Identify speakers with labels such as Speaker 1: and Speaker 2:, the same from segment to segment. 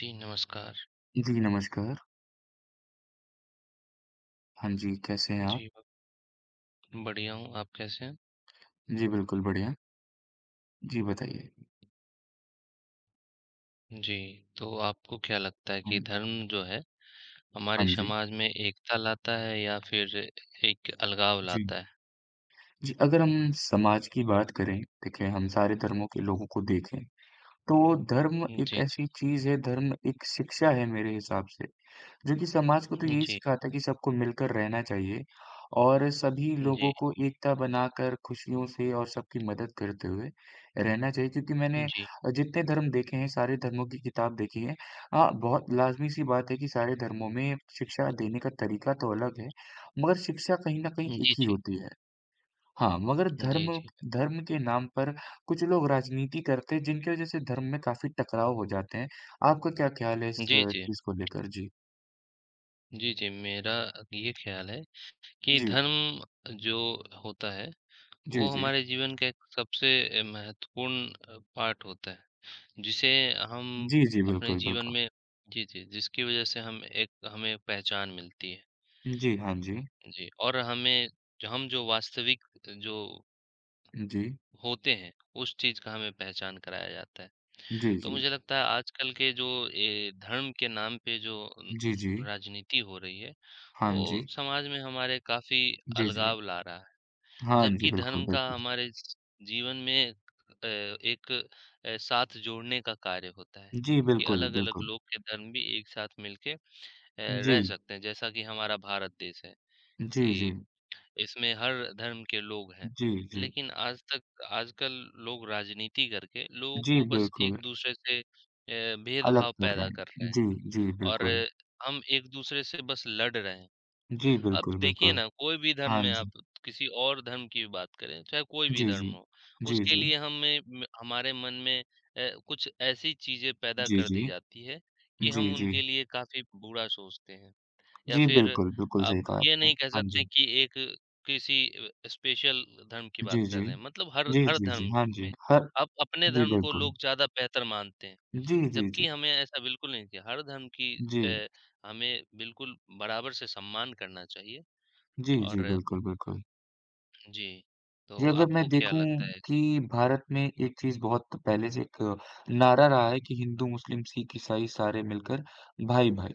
Speaker 1: जी, नमस्कार।
Speaker 2: जी, नमस्कार। हाँ जी, कैसे हैं आप?
Speaker 1: जी, बढ़िया हूँ, आप कैसे हैं?
Speaker 2: जी, बिल्कुल बढ़िया। जी, बताइए।
Speaker 1: जी, तो आपको क्या लगता है कि
Speaker 2: हाँ,
Speaker 1: धर्म जो है, हमारे
Speaker 2: हाँ जी।
Speaker 1: समाज में एकता लाता है या फिर एक अलगाव
Speaker 2: जी।
Speaker 1: लाता है?
Speaker 2: जी, अगर हम समाज की बात करें, देखिए हम सारे धर्मों के लोगों को देखें, तो धर्म
Speaker 1: जी,
Speaker 2: एक
Speaker 1: जी।
Speaker 2: ऐसी चीज़ है, धर्म एक शिक्षा है मेरे हिसाब से। जो कि समाज को तो यही
Speaker 1: जी,
Speaker 2: सिखाता है कि सबको मिलकर रहना चाहिए और सभी
Speaker 1: जी,
Speaker 2: लोगों
Speaker 1: जी,
Speaker 2: को एकता बनाकर खुशियों से और सबकी मदद करते हुए रहना चाहिए क्योंकि मैंने
Speaker 1: जी,
Speaker 2: जितने धर्म देखे हैं सारे धर्मों की किताब देखी है। हाँ, बहुत लाजमी सी बात है कि सारे धर्मों में शिक्षा देने का तरीका तो अलग है, मगर शिक्षा कहीं ना कहीं
Speaker 1: जी, जी,
Speaker 2: एक ही
Speaker 1: जी।
Speaker 2: होती है। हाँ, मगर धर्म
Speaker 1: जी,
Speaker 2: धर्म के नाम पर कुछ लोग राजनीति करते हैं जिनकी वजह से धर्म में काफी टकराव हो जाते हैं। आपका क्या ख्याल है इस
Speaker 1: जी।
Speaker 2: चीज को लेकर जी?
Speaker 1: जी, जी, मेरा ये ख़्याल है कि
Speaker 2: जी।
Speaker 1: धर्म जो होता है,
Speaker 2: जी,
Speaker 1: वो
Speaker 2: जी।
Speaker 1: हमारे जीवन का एक सबसे महत्वपूर्ण पार्ट होता है। जिसे हम
Speaker 2: जी, जी,
Speaker 1: अपने
Speaker 2: बिल्कुल,
Speaker 1: जीवन
Speaker 2: बिल्कुल।
Speaker 1: में जी, जी, जिसकी वजह से हम एक हमें पहचान मिलती है।
Speaker 2: जी, हाँ जी।
Speaker 1: जी, और हमें जो हम जो वास्तविक जो
Speaker 2: जी।
Speaker 1: होते हैं, उस चीज़ का हमें पहचान कराया जाता है।
Speaker 2: जी,
Speaker 1: तो
Speaker 2: जी।
Speaker 1: मुझे लगता है आजकल के जो ये धर्म के नाम पे जो
Speaker 2: जी, जी।
Speaker 1: राजनीति हो रही है,
Speaker 2: हाँ
Speaker 1: वो
Speaker 2: जी।
Speaker 1: समाज में हमारे काफ़ी
Speaker 2: जी, जी।
Speaker 1: अलगाव ला रहा है।
Speaker 2: हाँ जी,
Speaker 1: जबकि
Speaker 2: बिल्कुल,
Speaker 1: धर्म का
Speaker 2: बिल्कुल।
Speaker 1: हमारे स जीवन में एक साथ जोड़ने का कार्य होता है,
Speaker 2: जी,
Speaker 1: कि
Speaker 2: बिल्कुल,
Speaker 1: अलग-अलग
Speaker 2: बिल्कुल।
Speaker 1: लोग के धर्म भी एक साथ मिलके
Speaker 2: जी।
Speaker 1: रह सकते हैं, जैसा कि हमारा भारत देश है,
Speaker 2: जी, जी।
Speaker 1: कि इसमें हर धर्म के लोग हैं।
Speaker 2: जी, जी।
Speaker 1: लेकिन आज तक आजकल लोग राजनीति करके लोगों
Speaker 2: जी,
Speaker 1: को बस
Speaker 2: बिल्कुल,
Speaker 1: एक-दूसरे से
Speaker 2: अलग
Speaker 1: भेदभाव
Speaker 2: कर
Speaker 1: पैदा
Speaker 2: रहे
Speaker 1: कर रहे
Speaker 2: हैं।
Speaker 1: हैं
Speaker 2: जी, जी,
Speaker 1: और
Speaker 2: बिल्कुल।
Speaker 1: हम एक-दूसरे से बस लड़ रहे हैं।
Speaker 2: जी,
Speaker 1: अब
Speaker 2: बिल्कुल,
Speaker 1: देखिए
Speaker 2: बिल्कुल।
Speaker 1: ना कोई भी धर्म
Speaker 2: हाँ
Speaker 1: में आप
Speaker 2: जी।
Speaker 1: किसी और धर्म की भी बात करें, चाहे कोई भी
Speaker 2: जी, जी।
Speaker 1: धर्म हो,
Speaker 2: जी,
Speaker 1: उसके
Speaker 2: जी।
Speaker 1: लिए हमें म हमारे मन में कुछ ऐसी चीज़ें पैदा
Speaker 2: जी,
Speaker 1: कर दी
Speaker 2: जी।
Speaker 1: जाती है कि
Speaker 2: जी,
Speaker 1: हम
Speaker 2: जी।
Speaker 1: उनके लिए काफ़ी बुरा सोचते हैं। या
Speaker 2: जी,
Speaker 1: फिर
Speaker 2: बिल्कुल, बिल्कुल
Speaker 1: आप
Speaker 2: सही कहा
Speaker 1: ये
Speaker 2: आपने।
Speaker 1: नहीं कह
Speaker 2: हाँ
Speaker 1: सकते
Speaker 2: जी।
Speaker 1: कि एक किसी स्पेशल धर्म की बात
Speaker 2: जी,
Speaker 1: कर
Speaker 2: जी।
Speaker 1: रहे हैं, मतलब हर
Speaker 2: जी,
Speaker 1: हर
Speaker 2: जी, जी।
Speaker 1: धर्म
Speaker 2: हाँ
Speaker 1: के में
Speaker 2: जी। हर
Speaker 1: आप अपने
Speaker 2: जी,
Speaker 1: धर्म को
Speaker 2: बिल्कुल।
Speaker 1: लोग ज़्यादा बेहतर मानते हैं,
Speaker 2: जी, जी, जी।
Speaker 1: जबकि हमें ऐसा बिल्कुल नहीं चाहिए। हर धर्म की
Speaker 2: जी।
Speaker 1: अ, हमें बिल्कुल बराबर से सम्मान करना चाहिए।
Speaker 2: जी, जी,
Speaker 1: और
Speaker 2: बिल्कुल, बिल्कुल।
Speaker 1: जी,
Speaker 2: जी,
Speaker 1: तो
Speaker 2: अगर मैं
Speaker 1: आपको क्या
Speaker 2: देखूँ
Speaker 1: लगता है?
Speaker 2: कि भारत में एक चीज़ बहुत पहले से एक नारा रहा है कि हिंदू, मुस्लिम, सिख, ईसाई सारे मिलकर भाई-भाई।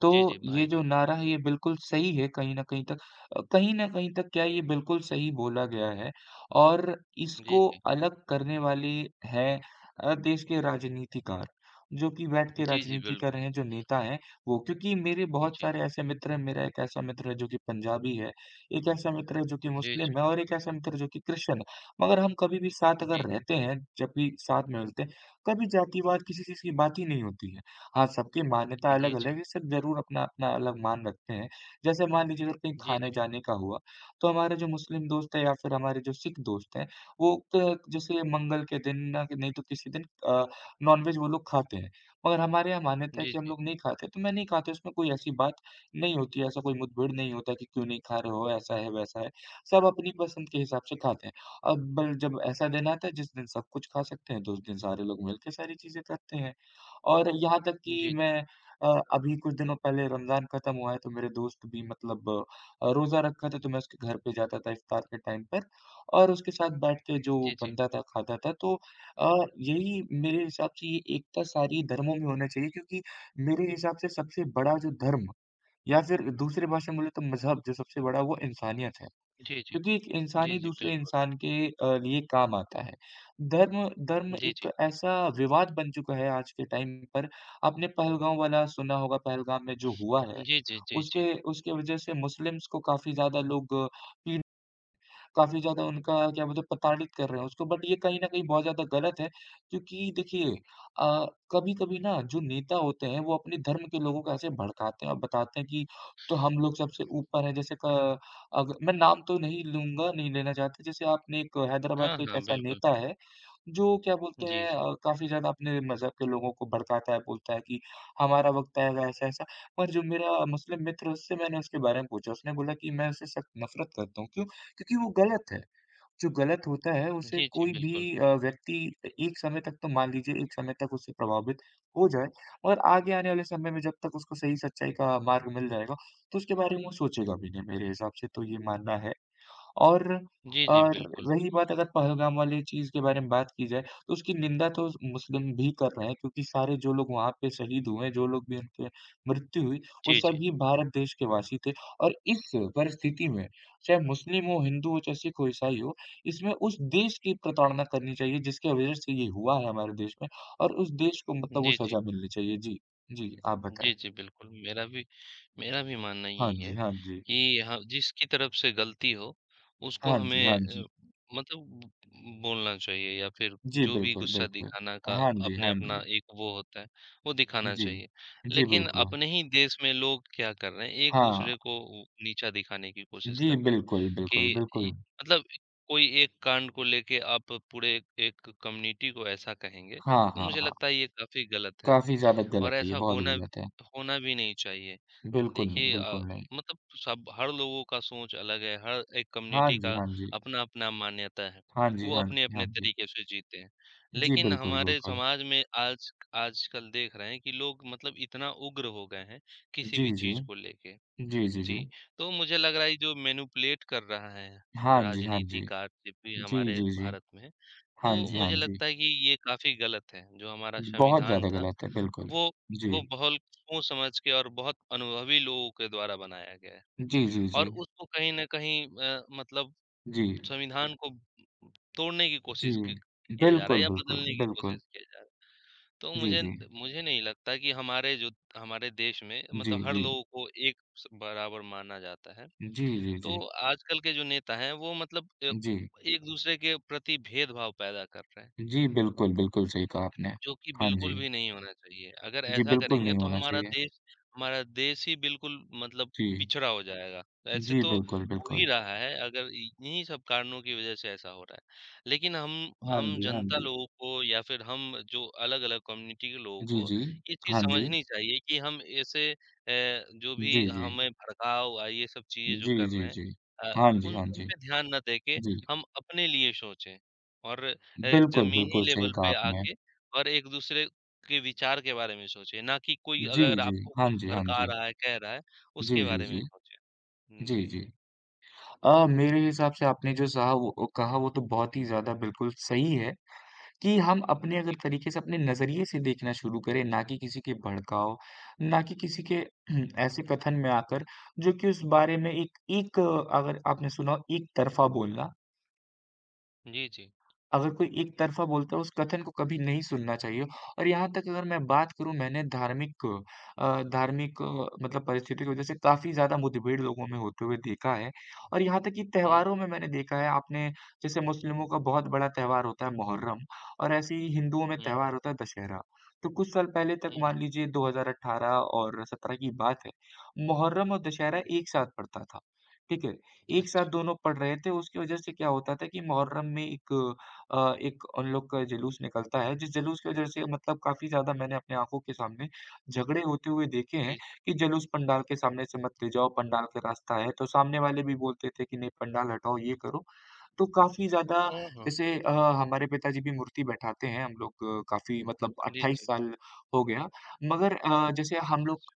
Speaker 2: तो
Speaker 1: जी, जी,
Speaker 2: ये
Speaker 1: भाई-भाई।
Speaker 2: जो नारा है ये बिल्कुल सही है कहीं न कहीं तक, कहीं न कहीं तक क्या, ये बिल्कुल सही बोला गया है और
Speaker 1: जी,
Speaker 2: इसको
Speaker 1: जी।
Speaker 2: अलग करने वाले हैं देश के राजनीतिकार, जो कि बैठ के
Speaker 1: जी, जी,
Speaker 2: राजनीति कर
Speaker 1: बिल्कुल।
Speaker 2: रहे हैं, जो नेता हैं वो। क्योंकि मेरे बहुत
Speaker 1: जी,
Speaker 2: सारे ऐसे मित्र हैं, मेरा एक ऐसा मित्र है जो कि पंजाबी है, एक ऐसा मित्र है जो कि
Speaker 1: जी, जी,
Speaker 2: मुस्लिम है और एक ऐसा मित्र जो कि क्रिश्चियन है। मगर हम कभी भी साथ
Speaker 1: जी,
Speaker 2: अगर रहते हैं, जब भी साथ में मिलते हैं, कभी जातिवाद किसी चीज़ की बात ही नहीं होती है। हाँ, सबकी मान्यता
Speaker 1: जी, जी,
Speaker 2: अलग-अलग है, सब ज़रूर अपना-अपना अलग मान रखते हैं। जैसे मान लीजिए अगर कहीं
Speaker 1: जी, जी,
Speaker 2: खाने-जाने का हुआ, तो हमारे जो मुस्लिम दोस्त हैं या फिर हमारे जो सिख दोस्त हैं, वो क जैसे मंगल के दिन ना, नहीं तो किसी दिन अ, नॉन-वेज वो लोग खाते हैं। मगर हमारे यहाँ मान्यता है
Speaker 1: जी,
Speaker 2: कि हम
Speaker 1: जी,
Speaker 2: लोग नहीं खाते, तो मैं नहीं खाता, उसमें कोई ऐसी बात नहीं होती है, ऐसा कोई मुठभेड़ नहीं होता है कि क्यों नहीं खा रहे हो, ऐसा है, वैसा है। सब अपनी पसंद के हिसाब से खाते हैं। अब जब ऐसा दिन आता है जिस दिन सब कुछ खा सकते हैं, तो उस दिन सारे लोग मिलके सारी चीज़ें करते हैं। और यहाँ तक
Speaker 1: जी,
Speaker 2: कि
Speaker 1: जी,
Speaker 2: मैं अ, अभी कुछ दिनों पहले रमज़ान खत्म हुआ है, तो मेरे दोस्त भी मतलब रोज़ा रखा था, तो मैं उसके घर पे जाता था इफ्तार के टाइम पर और उसके साथ बैठ के जो
Speaker 1: जी,
Speaker 2: बनता था, खाता था। तो अ, यही मेरे हिसाब से ये एकता सारी धर्मों में होना चाहिए क्योंकि मेरे हिसाब से सबसे बड़ा जो धर्म या फिर दूसरी भाषा में बोले तो मज़हब जो सबसे बड़ा वो इंसानियत है,
Speaker 1: जी, जी,
Speaker 2: क्योंकि एक इंसान
Speaker 1: जी,
Speaker 2: ही
Speaker 1: जी,
Speaker 2: दूसरे
Speaker 1: बिल्कुल।
Speaker 2: इंसान के लिए काम आता है। धर्म धर्म
Speaker 1: जी, जी,
Speaker 2: एक ऐसा विवाद बन चुका है आज के टाइम पर। आपने पहलगाँव वाला सुना होगा, पहलगाम में जो हुआ है,
Speaker 1: जी, जी, जी, जी।
Speaker 2: उसके उसके वजह से मुस्लिम्स को काफ़ी ज़्यादा लोग पीड़ित, काफ़ी ज़्यादा उनका क्या बोलते हैं, प्रताड़ित कर रहे हैं उसको। बट ये कहीं न कहीं बहुत ज़्यादा गलत है क्योंकि देखिए अ, कभी-कभी ना जो नेता होते हैं वो अपने धर्म के लोगों को ऐसे भड़काते हैं और बताते हैं कि तो हम लोग सबसे ऊपर हैं, जैसे क अग मैं नाम तो नहीं लूँगा, नहीं लेना चाहता, जैसे आपने एक हैदराबाद
Speaker 1: हाँ,
Speaker 2: का एक
Speaker 1: हाँ,
Speaker 2: ऐसा
Speaker 1: बिल्कुल।
Speaker 2: नेता है, जो क्या बोलते
Speaker 1: जी,
Speaker 2: हैं
Speaker 1: जी।
Speaker 2: काफ़ी ज़्यादा अपने मज़हब के लोगों को भड़काता है, बोलता है कि हमारा वक़्त आएगा, ऐसा-ऐसा। पर जो मेरा मुस्लिम मित्र है उससे मैंने उसके बारे में पूछा, उसने बोला कि मैं उससे सख्त नफ़रत करता हूँ, क्यों? क्योंकि वो गलत है। जो गलत होता है उसे
Speaker 1: जी, जी,
Speaker 2: कोई भी
Speaker 1: बिल्कुल।
Speaker 2: व्यक्ति एक समय तक, तो मान लीजिए एक समय तक उससे प्रभावित हो जाए, और आगे आने वाले समय में जब तक उसको सही सच्चाई का मार्ग मिल जाएगा, तो उसके बारे में वो सोचेगा भी नहीं, मेरे हिसाब से तो ये मानना है। और
Speaker 1: जी, जी,
Speaker 2: और
Speaker 1: बिल्कुल।
Speaker 2: रही बात अगर पहलगाम वाली चीज़ के बारे में बात की जाए, तो उसकी निंदा तो मुस्लिम भी कर रहे हैं क्योंकि सारे जो लोग वहाँ पे शहीद हुए, जो लोग भी उनकी मृत्यु हुई, वो
Speaker 1: जी, जी।
Speaker 2: सभी भारत देश के वासी थे, और इस परिस्थिति में चाहे मुस्लिम हो, हिंदू हो, चाहे सिख हो, ईसाई हो, इसमें उस देश की प्रताड़ना करनी चाहिए जिसकी वजह से ये हुआ है हमारे देश में, और उस देश को मतलब वो
Speaker 1: जी, जी।
Speaker 2: सज़ा मिलनी चाहिए। जी। जी, आप
Speaker 1: जी,
Speaker 2: बताएँ?
Speaker 1: जी, बिल्कुल, मेरा भी मानना
Speaker 2: हाँ
Speaker 1: यही है
Speaker 2: जी, हाँ जी।
Speaker 1: कि हाँ, जिसकी तरफ से गलती हो, उसको
Speaker 2: हाँ जी, हाँ
Speaker 1: हमें
Speaker 2: जी।
Speaker 1: मतलब बोलना चाहिए या फिर
Speaker 2: जी,
Speaker 1: जो भी
Speaker 2: बिल्कुल,
Speaker 1: गुस्सा
Speaker 2: बिल्कुल।
Speaker 1: दिखाना का
Speaker 2: हाँ जी,
Speaker 1: अपने
Speaker 2: हाँ
Speaker 1: अपना
Speaker 2: जी।
Speaker 1: एक वो होता है, वो दिखाना
Speaker 2: जी।
Speaker 1: चाहिए।
Speaker 2: जी,
Speaker 1: लेकिन
Speaker 2: बिल्कुल।
Speaker 1: अपने ही देश में लोग क्या कर रहे हैं,
Speaker 2: हाँ।
Speaker 1: एक-दूसरे को नीचा दिखाने की कोशिश
Speaker 2: जी,
Speaker 1: कर रहे हैं
Speaker 2: बिल्कुल, बिल्कुल,
Speaker 1: कि इ
Speaker 2: बिल्कुल।
Speaker 1: मतलब कोई एक कांड को लेके आप पूरे एक कम्युनिटी को ऐसा कहेंगे,
Speaker 2: हाँ,
Speaker 1: तो
Speaker 2: हाँ,
Speaker 1: मुझे
Speaker 2: हाँ।
Speaker 1: लगता है ये काफ़ी गलत है।
Speaker 2: काफ़ी ज़्यादा गलत
Speaker 1: और
Speaker 2: है ये,
Speaker 1: ऐसा
Speaker 2: बहुत
Speaker 1: होना
Speaker 2: गलत है।
Speaker 1: होना भी नहीं चाहिए।
Speaker 2: बिल्कुल नहीं,
Speaker 1: देखिए
Speaker 2: बिल्कुल नहीं।
Speaker 1: मतलब सब हर लोगों का सोच अलग है, हर एक
Speaker 2: हाँ
Speaker 1: कम्युनिटी
Speaker 2: जी,
Speaker 1: का
Speaker 2: हाँ जी।
Speaker 1: अपना-अपना मान्यता है।
Speaker 2: हाँ जी,
Speaker 1: वो
Speaker 2: हाँ जी, हाँ
Speaker 1: अपने-अपने
Speaker 2: जी।
Speaker 1: तरीके से जीते हैं।
Speaker 2: जी,
Speaker 1: लेकिन
Speaker 2: बिल्कुल,
Speaker 1: हमारे
Speaker 2: बिल्कुल।
Speaker 1: समाज में आज आजकल देख रहे हैं कि लोग मतलब इतना उग्र हो गए हैं, किसी
Speaker 2: जी,
Speaker 1: भी
Speaker 2: जी।
Speaker 1: चीज़ को लेके।
Speaker 2: जी, जी, जी।
Speaker 1: जी, तो मुझे लग रहा है ये जो मैनिपुलेट कर रहा है
Speaker 2: हाँ जी, हाँ जी।
Speaker 1: राजनीतिकार जब भी
Speaker 2: जी,
Speaker 1: हमारे
Speaker 2: जी, जी।
Speaker 1: भारत में,
Speaker 2: हाँ
Speaker 1: तो
Speaker 2: जी, हाँ
Speaker 1: मुझे
Speaker 2: जी।
Speaker 1: लगता है कि ये काफ़ी गलत है। जो हमारा
Speaker 2: बहुत
Speaker 1: संविधान
Speaker 2: ज़्यादा
Speaker 1: था
Speaker 2: गलत है, बिल्कुल।
Speaker 1: वो
Speaker 2: जी।
Speaker 1: वो बहुत सोच समझ के और बहुत अनुभवी लोगों के द्वारा बनाया गया है
Speaker 2: जी, जी,
Speaker 1: और
Speaker 2: जी।
Speaker 1: उसको कहीं न कहीं मतलब
Speaker 2: जी।
Speaker 1: संविधान को तोड़ने की
Speaker 2: जी।
Speaker 1: कोशिश की किया जा रहा है
Speaker 2: बिल्कुल,
Speaker 1: या
Speaker 2: बिल्कुल,
Speaker 1: बदलने की
Speaker 2: बिल्कुल।
Speaker 1: कोशिश किया जा रहा है। तो
Speaker 2: जी,
Speaker 1: मुझे
Speaker 2: जी।
Speaker 1: मुझे नहीं लगता कि हमारे जो हमारे देश में
Speaker 2: जी,
Speaker 1: मतलब हर
Speaker 2: जी।
Speaker 1: लोगों को एक स बराबर माना जाता है।
Speaker 2: जी, जी,
Speaker 1: तो
Speaker 2: जी।
Speaker 1: आजकल के जो नेता हैं वो मतलब
Speaker 2: जी।
Speaker 1: एक-दूसरे के प्रति भेदभाव पैदा कर रहे हैं।
Speaker 2: जी, बिल्कुल, बिल्कुल सही कहा आपने।
Speaker 1: जो कि
Speaker 2: हाँ
Speaker 1: बिल्कुल
Speaker 2: जी।
Speaker 1: भी नहीं होना चाहिए। अगर
Speaker 2: जी,
Speaker 1: ऐसा
Speaker 2: बिल्कुल
Speaker 1: करेंगे
Speaker 2: नहीं
Speaker 1: तो
Speaker 2: होना
Speaker 1: हमारा
Speaker 2: चाहिए।
Speaker 1: देश हमारा देश ही बिल्कुल मतलब
Speaker 2: जी।
Speaker 1: पिछड़ा हो जाएगा। ऐसे
Speaker 2: जी,
Speaker 1: तो
Speaker 2: बिल्कुल,
Speaker 1: हो ही
Speaker 2: बिल्कुल।
Speaker 1: रहा है अगर इ इन्हीं सब कारणों की वज़ह से ऐसा हो रहा है। लेकिन हम
Speaker 2: हाँ
Speaker 1: हम
Speaker 2: जी, हाँ
Speaker 1: जनता
Speaker 2: जी।
Speaker 1: लोगों को या फिर हम जो अलग-अलग कम्युनिटी के लोगों
Speaker 2: जी,
Speaker 1: को
Speaker 2: जी।
Speaker 1: ये चीज़
Speaker 2: हाँ जी।
Speaker 1: समझनी चाहिए कि हम ऐसे जो भी
Speaker 2: जी, जी।
Speaker 1: हमें भड़काव ये सब चीज़ें जो
Speaker 2: जी,
Speaker 1: कर
Speaker 2: जी,
Speaker 1: रहे हैं
Speaker 2: जी।
Speaker 1: अ,
Speaker 2: हाँ जी,
Speaker 1: उन
Speaker 2: हाँ
Speaker 1: उन
Speaker 2: जी।
Speaker 1: पे ध्यान ना देके
Speaker 2: जी।
Speaker 1: हम अपने लिए सोचें और एक
Speaker 2: बिल्कुल,
Speaker 1: ज़मीनी
Speaker 2: बिल्कुल सही
Speaker 1: लेवल
Speaker 2: कहा
Speaker 1: पे
Speaker 2: आपने।
Speaker 1: आके और एक-दूसरे के विचार के बारे में सोचें, ना कि कोई
Speaker 2: जी,
Speaker 1: अगर
Speaker 2: जी।
Speaker 1: आपको
Speaker 2: हाँ
Speaker 1: कुछ
Speaker 2: जी, हाँ
Speaker 1: भड़का
Speaker 2: जी।
Speaker 1: रहा है, कह रहा है,
Speaker 2: जी,
Speaker 1: उसके
Speaker 2: जी,
Speaker 1: बारे में
Speaker 2: जी।
Speaker 1: सोचें। हुँ,
Speaker 2: जी,
Speaker 1: जी,
Speaker 2: जी। मेरे हिसाब से आपने जो सहा वो कहा वो तो बहुत ही ज़्यादा बिल्कुल सही है। कि हम अपने अगर
Speaker 1: जी।
Speaker 2: तरीके से, अपने नज़रिए से देखना शुरू करें, ना कि किसी के भड़काव, ना कि किसी के ऐसे कथन में आकर जो कि उस बारे में एक एक अगर आपने सुना हो, एक तरफ़ा बोलना,
Speaker 1: जी, जी।
Speaker 2: अगर कोई एक तरफ़ा बोलता है उस कथन को कभी नहीं सुनना चाहिए। और यहाँ तक अगर मैं बात करूँ, मैंने धार्मिक धार्मिक मतलब परिस्थिति की वज़ह से काफ़ी ज़्यादा मुठभेड़ लोगों में होते हुए देखा है, और यहाँ तक कि
Speaker 1: हुँ,
Speaker 2: त्योहारों में मैंने देखा है आपने, जैसे मुस्लिमों का बहुत बड़ा त्योहार होता है मुहर्रम, और ऐसे ही हिंदुओं में
Speaker 1: हुँ,
Speaker 2: त्योहार होता है दशहरा। तो कुछ साल पहले तक,
Speaker 1: हुँ, हुँ,
Speaker 2: मान लीजिए 2018 और 17 की बात है, मुहर्रम और दशहरा
Speaker 1: हुँ।
Speaker 2: एक साथ पड़ता था। ठीक है? एक साथ
Speaker 1: अच्छा,
Speaker 2: दोनों पड़ रहे थे, उसकी वज़ह से क्या होता था कि मुहर्रम में एक एक उन लोग का जुलूस निकलता है, जिस जुलूस की वजह से मतलब काफ़ी ज़्यादा मैंने अपनी आँखों के सामने झगड़े होते हुए देखे
Speaker 1: जी,
Speaker 2: हैं
Speaker 1: जी।
Speaker 2: कि जुलूस पंडाल के सामने से मत ले जाओ, पंडाल का रास्ता है। तो सामने वाले भी बोलते थे कि नहीं, पंडाल हटाओ, ये करो। तो काफ़ी ज़्यादा
Speaker 1: हाँ, हाँ।
Speaker 2: जैसे हमारे पिताजी भी मूर्ति बैठाते हैं, हम लोग काफ़ी मतलब
Speaker 1: जी,
Speaker 2: 28
Speaker 1: जी।
Speaker 2: साल हो गया। मगर जैसे हम
Speaker 1: अच्छा,
Speaker 2: लोग
Speaker 1: अच्छा।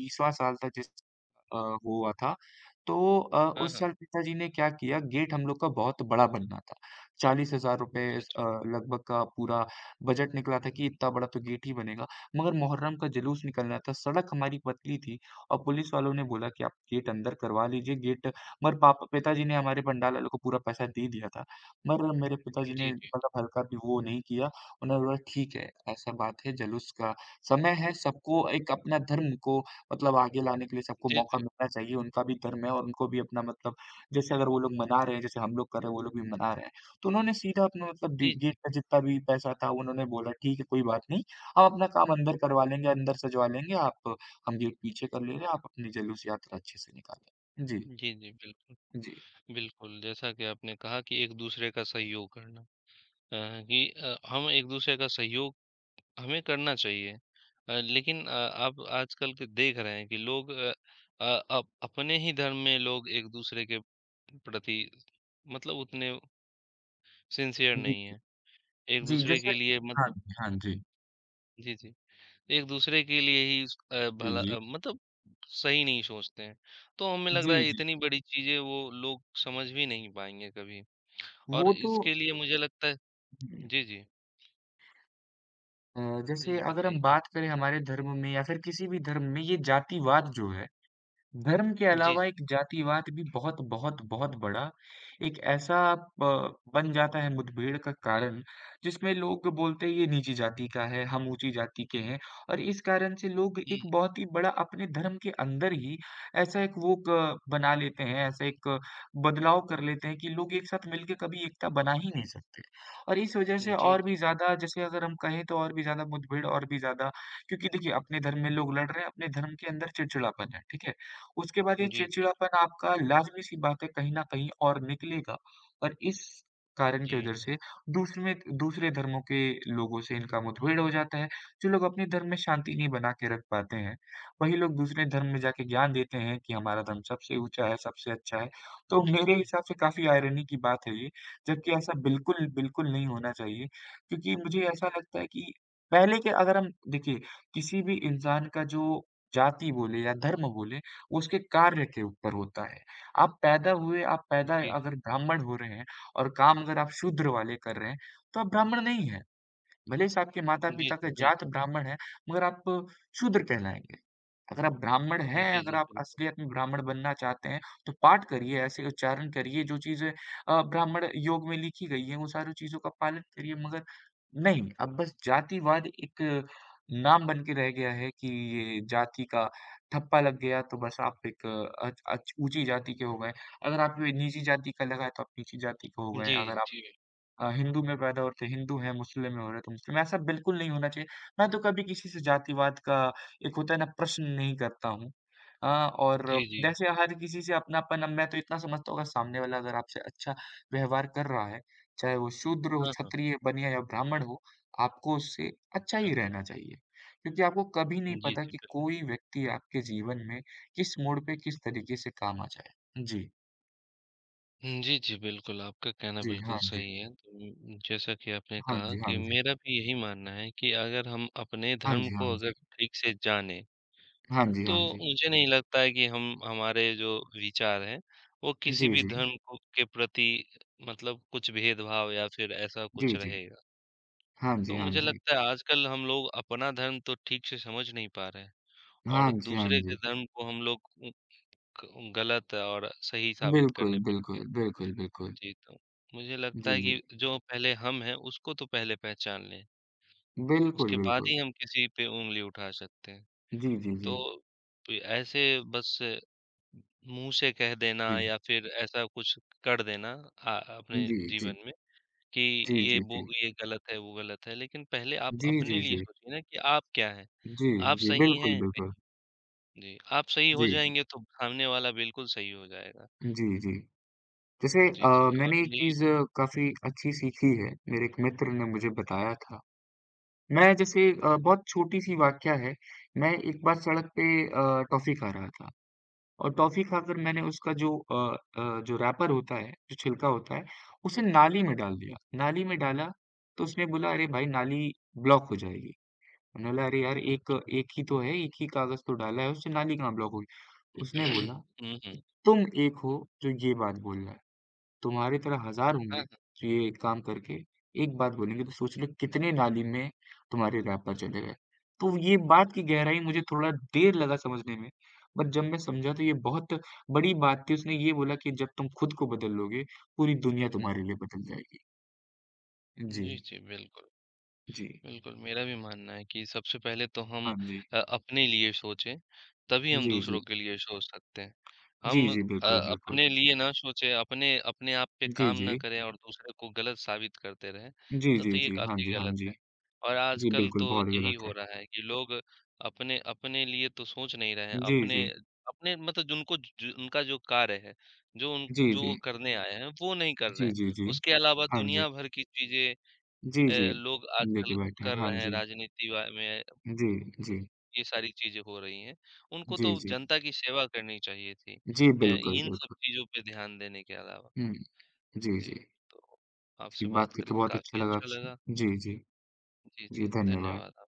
Speaker 2: 20वाँ साल था जिस वो हुआ था, तो
Speaker 1: हाँ,
Speaker 2: उस
Speaker 1: हाँ।
Speaker 2: साल पिताजी ने क्या किया, गेट हम लोग का बहुत बड़ा बनना था। ₹40,000
Speaker 1: अच्छा, अच्छा।
Speaker 2: लगभग का पूरा बजट निकला था कि इतना बड़ा तो गेट ही बनेगा। मगर मुहर्रम का जुलूस निकलना था, सड़क हमारी पतली थी और पुलिस वालों ने बोला कि आप गेट अंदर करवा लीजिए गेट, मगर पाप पिताजी ने हमारे पंडाल वालों को पूरा पैसा दे दिया था। मगर मेरे पिताजी ने
Speaker 1: जी, जी।
Speaker 2: मतलब हल्का भी वो नहीं किया, उन्होंने बोला ठीक है, ऐसा बात है जुलूस का समय है, सबको एक अपना धर्म को मतलब आगे लाने के लिए सबको
Speaker 1: जी,
Speaker 2: मौका
Speaker 1: जी।
Speaker 2: मिलना चाहिए, उनका भी धर्म है और उनको भी अपना मतलब, जैसे अगर वो लोग मना रहे हैं, जैसे हम लोग कर रहे हैं, वो लोग भी मना रहे हैं। तो उन्होंने सीधा अपना मतलब डी
Speaker 1: जी,
Speaker 2: गेट
Speaker 1: जी।
Speaker 2: का जितना भी पैसा था, उन्होंने बोला ठीक है कोई बात नहीं, हम अपना काम अंदर करवा लेंगे, अंदर सजवा लेंगे, आप हम गेट पीछे कर ले रहे हैं, आप अपनी जुलूस यात्रा अच्छे से निकालें। जी,
Speaker 1: जी, जी, बिल्कुल।
Speaker 2: जी।
Speaker 1: बिल्कुल, जैसा कि आपने कहा कि एक-दूसरे का सहयोग करना। अ, कि हम एक-दूसरे का सहयोग हमें करना चाहिए। लेकिन आप आजकल के देख रहे हैं कि लोग अ, अप अपने ही धर्म में लोग एक-दूसरे के प्रति मतलब उतने सिंसियर
Speaker 2: जी,
Speaker 1: नहीं
Speaker 2: जी।
Speaker 1: हैं।
Speaker 2: जी,
Speaker 1: एक-दूसरे
Speaker 2: जैसे
Speaker 1: के लिए
Speaker 2: हाँ,
Speaker 1: मतलब
Speaker 2: हाँ जी।
Speaker 1: जी, जी। एक-दूसरे के लिए ही स
Speaker 2: जी,
Speaker 1: भला
Speaker 2: जी।
Speaker 1: मतलब सही नहीं सोचते हैं। तो हमें लग रहा
Speaker 2: जी,
Speaker 1: है
Speaker 2: जी।
Speaker 1: इतनी बड़ी चीज़ें वो लोग समझ भी नहीं पाएँगे कभी और
Speaker 2: वो तो
Speaker 1: इसके लिए मुझे लगता है
Speaker 2: हुँ,
Speaker 1: जी, जी। जी,
Speaker 2: जैसे
Speaker 1: जी,
Speaker 2: अगर हम
Speaker 1: बताइए।
Speaker 2: बात करें हमारे धर्म में या फिर किसी भी धर्म में, ये जातिवाद जो है, धर्म के
Speaker 1: जी,
Speaker 2: अलावा एक जातिवाद भी बहुत बहुत बहुत बड़ा एक ऐसा बन जाता है मुठभेड़ का कारण, जिसमें लोग बोलते हैं ये नीची जाति का है, हम ऊंची जाति के हैं, और इस कारण से लोग
Speaker 1: जी।
Speaker 2: एक बहुत ही बड़ा अपने धर्म के अंदर ही ऐसा एक वो बना लेते हैं, ऐसा एक बदलाव कर लेते हैं कि लोग एक साथ मिलकर कभी एकता बना ही नहीं सकते। और इस वजह
Speaker 1: हुँ,
Speaker 2: से
Speaker 1: हुँ। जी,
Speaker 2: और
Speaker 1: जी।
Speaker 2: भी ज्यादा, जैसे अगर हम कहें तो और भी ज्यादा मुठभेड़, और भी ज्यादा। क्योंकि देखिए, अपने धर्म में लोग लड़ रहे हैं, अपने धर्म के अंदर चिड़चिड़ापन है, ठीक है। उसके बाद ये
Speaker 1: जी, जी,
Speaker 2: चिड़चिड़ापन आपका लाज़मी-सी बात है, कहीं न कहीं और निकलेगा। और इस कारण की
Speaker 1: जी।
Speaker 2: वजह से दूसरे दूसरे धर्मों के लोगों से इनका मुठभेड़ हो जाता है। जो लोग अपने धर्म में शांति नहीं बना के रख पाते हैं, वही लोग दूसरे धर्म में जाके ज्ञान देते हैं कि हमारा धर्म सबसे ऊँचा है, सबसे अच्छा है। तो
Speaker 1: जी,
Speaker 2: मेरे
Speaker 1: जी।
Speaker 2: हिसाब से काफ़ी आयरनी की बात है ये, जबकि ऐसा बिल्कुल, बिल्कुल नहीं होना चाहिए। क्योंकि मुझे ऐसा लगता है कि पहले के अगर हम देखिए, किसी भी इंसान का जो जाति बोले या धर्म बोले, उसके कार्य के ऊपर होता है। आप पैदा
Speaker 1: जी।
Speaker 2: अगर ब्राह्मण हो रहे हैं और काम अगर आप शूद्र वाले कर रहे हैं, तो आप ब्राह्मण नहीं हैं। भले से आपके
Speaker 1: जी,
Speaker 2: माता-पिता
Speaker 1: जी,
Speaker 2: का जात
Speaker 1: बिल्कुल।
Speaker 2: ब्राह्मण है, मगर आप शूद्र कहलाएँगे। अगर आप ब्राह्मण
Speaker 1: जी,
Speaker 2: हैं, अगर
Speaker 1: जी,
Speaker 2: आप
Speaker 1: बिल्कुल।
Speaker 2: असलियत में ब्राह्मण बनना चाहते हैं, तो पाठ करिए, ऐसे उच्चारण करिए, जो चीज़ें ब्राह्मण योग में लिखी गई हैं, उन सारी चीज़ों का पालन करिए। मगर नहीं, अब बस जातिवाद एक नाम बन के रह गया है कि ये जाति का ठप्पा लग गया तो बस आप एक अ, अच अच ऊँची जाति के हो गए। अगर आप ये निची जाति का लगा है, तो आप नीची जाति के हो गए।
Speaker 1: जी,
Speaker 2: अगर आप
Speaker 1: जी।
Speaker 2: हिंदू में पैदा हो रहे थे, हिंदू हैं, मुस्लिम में हो रहे तो मुस्लिम। ऐसा बिल्कुल नहीं होना चाहिए। मैं तो कभी किसी से जातिवाद का, एक होता है ना, प्रश्न नहीं करता हूँ। और
Speaker 1: जी, जी।
Speaker 2: जैसे हर किसी से अपनापन, अब मैं तो इतना समझता हूँ अगर सामने वाला अगर आपसे अच्छा व्यवहार कर रहा है, चाहे वो शूद्र हो,
Speaker 1: हाँ, हाँ।
Speaker 2: क्षत्रिय, बनिया या ब्राह्मण हो, आपको उससे अच्छा
Speaker 1: अच्छा।
Speaker 2: ही रहना चाहिए। क्योंकि आपको कभी नहीं
Speaker 1: जी,
Speaker 2: पता
Speaker 1: जी,
Speaker 2: कि
Speaker 1: बिल्कुल।
Speaker 2: कोई व्यक्ति आपके जीवन में किस मोड़ पे किस तरीके से काम आ जाए। जी।
Speaker 1: जी, जी, बिल्कुल, आपका कहना
Speaker 2: जी,
Speaker 1: बिल्कुल
Speaker 2: हाँ जी।
Speaker 1: सही है। तो जैसा कि आपने
Speaker 2: हाँ
Speaker 1: कहा
Speaker 2: जी, हाँ
Speaker 1: कि
Speaker 2: जी।
Speaker 1: मेरा भी यही मानना है कि अगर हम अपने
Speaker 2: हाँ
Speaker 1: धर्म
Speaker 2: जी, हाँ
Speaker 1: को अगर
Speaker 2: जी।
Speaker 1: ठीक से जानें,
Speaker 2: हाँ जी,
Speaker 1: तो
Speaker 2: हाँ जी।
Speaker 1: मुझे नहीं लगता है कि हम हमारे जो विचार हैं, वो किसी
Speaker 2: जी,
Speaker 1: भी
Speaker 2: जी।
Speaker 1: धर्म को के प्रति मतलब कुछ भेदभाव या फिर ऐसा
Speaker 2: जी,
Speaker 1: कुछ
Speaker 2: जी।
Speaker 1: रहेगा।
Speaker 2: हाँ
Speaker 1: तो
Speaker 2: जी, हाँ
Speaker 1: मुझे
Speaker 2: जी।
Speaker 1: लगता है आजकल हम लोग अपना धर्म तो ठीक से समझ नहीं पा रहे हैं।
Speaker 2: हाँ
Speaker 1: और
Speaker 2: जी, हाँ
Speaker 1: दूसरे के
Speaker 2: जी।
Speaker 1: धर्म को हम लोग उ क गलत और सही साबित करने
Speaker 2: बिल्कुल,
Speaker 1: पे लगे हैं।
Speaker 2: बिल्कुल, बिल्कुल, बिल्कुल।
Speaker 1: जी, तो मुझे लगता
Speaker 2: जी,
Speaker 1: है
Speaker 2: जी।
Speaker 1: कि जो पहले हम हैं, उसको तो पहले पहचान लें,
Speaker 2: बिल्कुल,
Speaker 1: उसके बाद
Speaker 2: बिल्कुल।
Speaker 1: ही हम किसी पे उँगली उठा सकते हैं।
Speaker 2: जी, जी, जी।
Speaker 1: तो प ऐसे बस मुँह से कह देना
Speaker 2: जी।
Speaker 1: या फिर ऐसा कुछ कर देना अ, अपने
Speaker 2: जी, जी।
Speaker 1: जीवन में कि
Speaker 2: जी,
Speaker 1: ये
Speaker 2: जी, जी।
Speaker 1: वो ये गलत है, वो गलत है, लेकिन पहले आप
Speaker 2: जी,
Speaker 1: अपने
Speaker 2: जी,
Speaker 1: लिए
Speaker 2: जी।
Speaker 1: सोचिए ना कि आप क्या हैं?
Speaker 2: जी,
Speaker 1: आप
Speaker 2: जी।
Speaker 1: सही
Speaker 2: बिल्कुल,
Speaker 1: हैं।
Speaker 2: बिल्कुल।
Speaker 1: जी, आप सही हो
Speaker 2: जी।
Speaker 1: जाएँगे तो सामने वाला बिल्कुल सही हो जाएगा।
Speaker 2: जी, जी। जैसे
Speaker 1: जी, जी और
Speaker 2: मैंने एक
Speaker 1: भी
Speaker 2: चीज़ काफ़ी अच्छी सीखी है, मेरे एक मित्र ने मुझे बताया था। मैं जैसे बहुत छोटी-सी वाकया है, मैं एक बार सड़क पे टॉफ़ी खा रहा था। और टॉफ़ी खाकर मैंने उसका जो रैपर होता है, जो छिलका होता है, उसे नाली में डाल
Speaker 1: हुँ,
Speaker 2: दिया। नाली में डाला, तो उसने बोला, "अरे भाई, नाली ब्लॉक हो जाएगी।" मैंने बोला, "अरे यार, एक एक ही तो है, एक ही कागज़ तो डाला है, उससे नाली कहाँ ब्लॉक होगी?" उसने बोला
Speaker 1: हुँ,
Speaker 2: कि,
Speaker 1: हुँ।
Speaker 2: "तुम एक हो, जो ये बात बोल रहा है। तुम्हारी तरह हज़ार
Speaker 1: हाँ,
Speaker 2: होंगे
Speaker 1: हाँ।
Speaker 2: जो ये एक काम करके एक बात बोलेंगे, तो सोच लो कितने नाली में तुम्हारे रैपर चले गए।" तो ये बात की गहराई मुझे थोड़ा देर लगा समझने में, बट जब मैं समझा तो ये बहुत बड़ी बात थी। उसने ये बोला कि जब तुम खुद को बदल लोगे, पूरी दुनिया तुम्हारे लिए बदल जाएगी। जी,
Speaker 1: जी, जी, बिल्कुल।
Speaker 2: जी।
Speaker 1: बिल्कुल, मेरा भी मानना है कि सबसे पहले तो हम
Speaker 2: हाँ जी।
Speaker 1: अपने लिए सोचें, तभी हम
Speaker 2: जी,
Speaker 1: दूसरों
Speaker 2: जी।
Speaker 1: के लिए सोच सकते हैं।
Speaker 2: जी,
Speaker 1: हम
Speaker 2: जी, बिल्कुल, बिल्कुल।
Speaker 1: अपने लिए ना सोचें, अपने अपने आप पे
Speaker 2: जी,
Speaker 1: काम
Speaker 2: जी।
Speaker 1: ना करें और दूसरे को गलत साबित करते रहें,
Speaker 2: जी,
Speaker 1: तो
Speaker 2: जी,
Speaker 1: तो ये
Speaker 2: जी। हाँ जी,
Speaker 1: काफ़ी
Speaker 2: हाँ
Speaker 1: गलत
Speaker 2: जी।
Speaker 1: है। और
Speaker 2: जी,
Speaker 1: आजकल
Speaker 2: बिल्कुल
Speaker 1: तो
Speaker 2: बहुत
Speaker 1: यही
Speaker 2: गलत
Speaker 1: हो
Speaker 2: है।
Speaker 1: रहा है कि लोग अपने अपने लिए तो सोच नहीं रहे हैं,
Speaker 2: जी, जी।
Speaker 1: अपने अपने मतलब जिनको ज उनका जो कार्य है, जो उन
Speaker 2: जी,
Speaker 1: जो
Speaker 2: जी।
Speaker 1: वो करने आए हैं, वो नहीं कर रहे
Speaker 2: जी,
Speaker 1: हैं।
Speaker 2: जी, जी।
Speaker 1: उसके अलावा
Speaker 2: हाँ जी।
Speaker 1: दुनिया भर की चीज़ें
Speaker 2: जी, जी।
Speaker 1: लोग आजकल
Speaker 2: लेके बैठे हैं,
Speaker 1: कर
Speaker 2: हाँ
Speaker 1: रहे हैं
Speaker 2: जी।
Speaker 1: राजनीति वा में
Speaker 2: जी, जी।
Speaker 1: ये सारी चीज़ें हो रही हैं, उनको
Speaker 2: जी,
Speaker 1: तो
Speaker 2: जी।
Speaker 1: जनता की सेवा करनी चाहिए थी।
Speaker 2: जी, बिल्कुल,
Speaker 1: इन सब
Speaker 2: बिल्कुल।
Speaker 1: चीज़ों पे ध्यान देने के अलावा।
Speaker 2: हुँ, जी, जी।
Speaker 1: जी, तो
Speaker 2: जी,
Speaker 1: आपसे
Speaker 2: बात
Speaker 1: बात
Speaker 2: करके
Speaker 1: करके
Speaker 2: बहुत अच्छा
Speaker 1: काफ़ी
Speaker 2: लगा
Speaker 1: अच्छा
Speaker 2: आपसे।
Speaker 1: लगा।
Speaker 2: जी, जी।
Speaker 1: जी,
Speaker 2: जी,
Speaker 1: जी,
Speaker 2: धन्यवाद।
Speaker 1: धन्यवाद।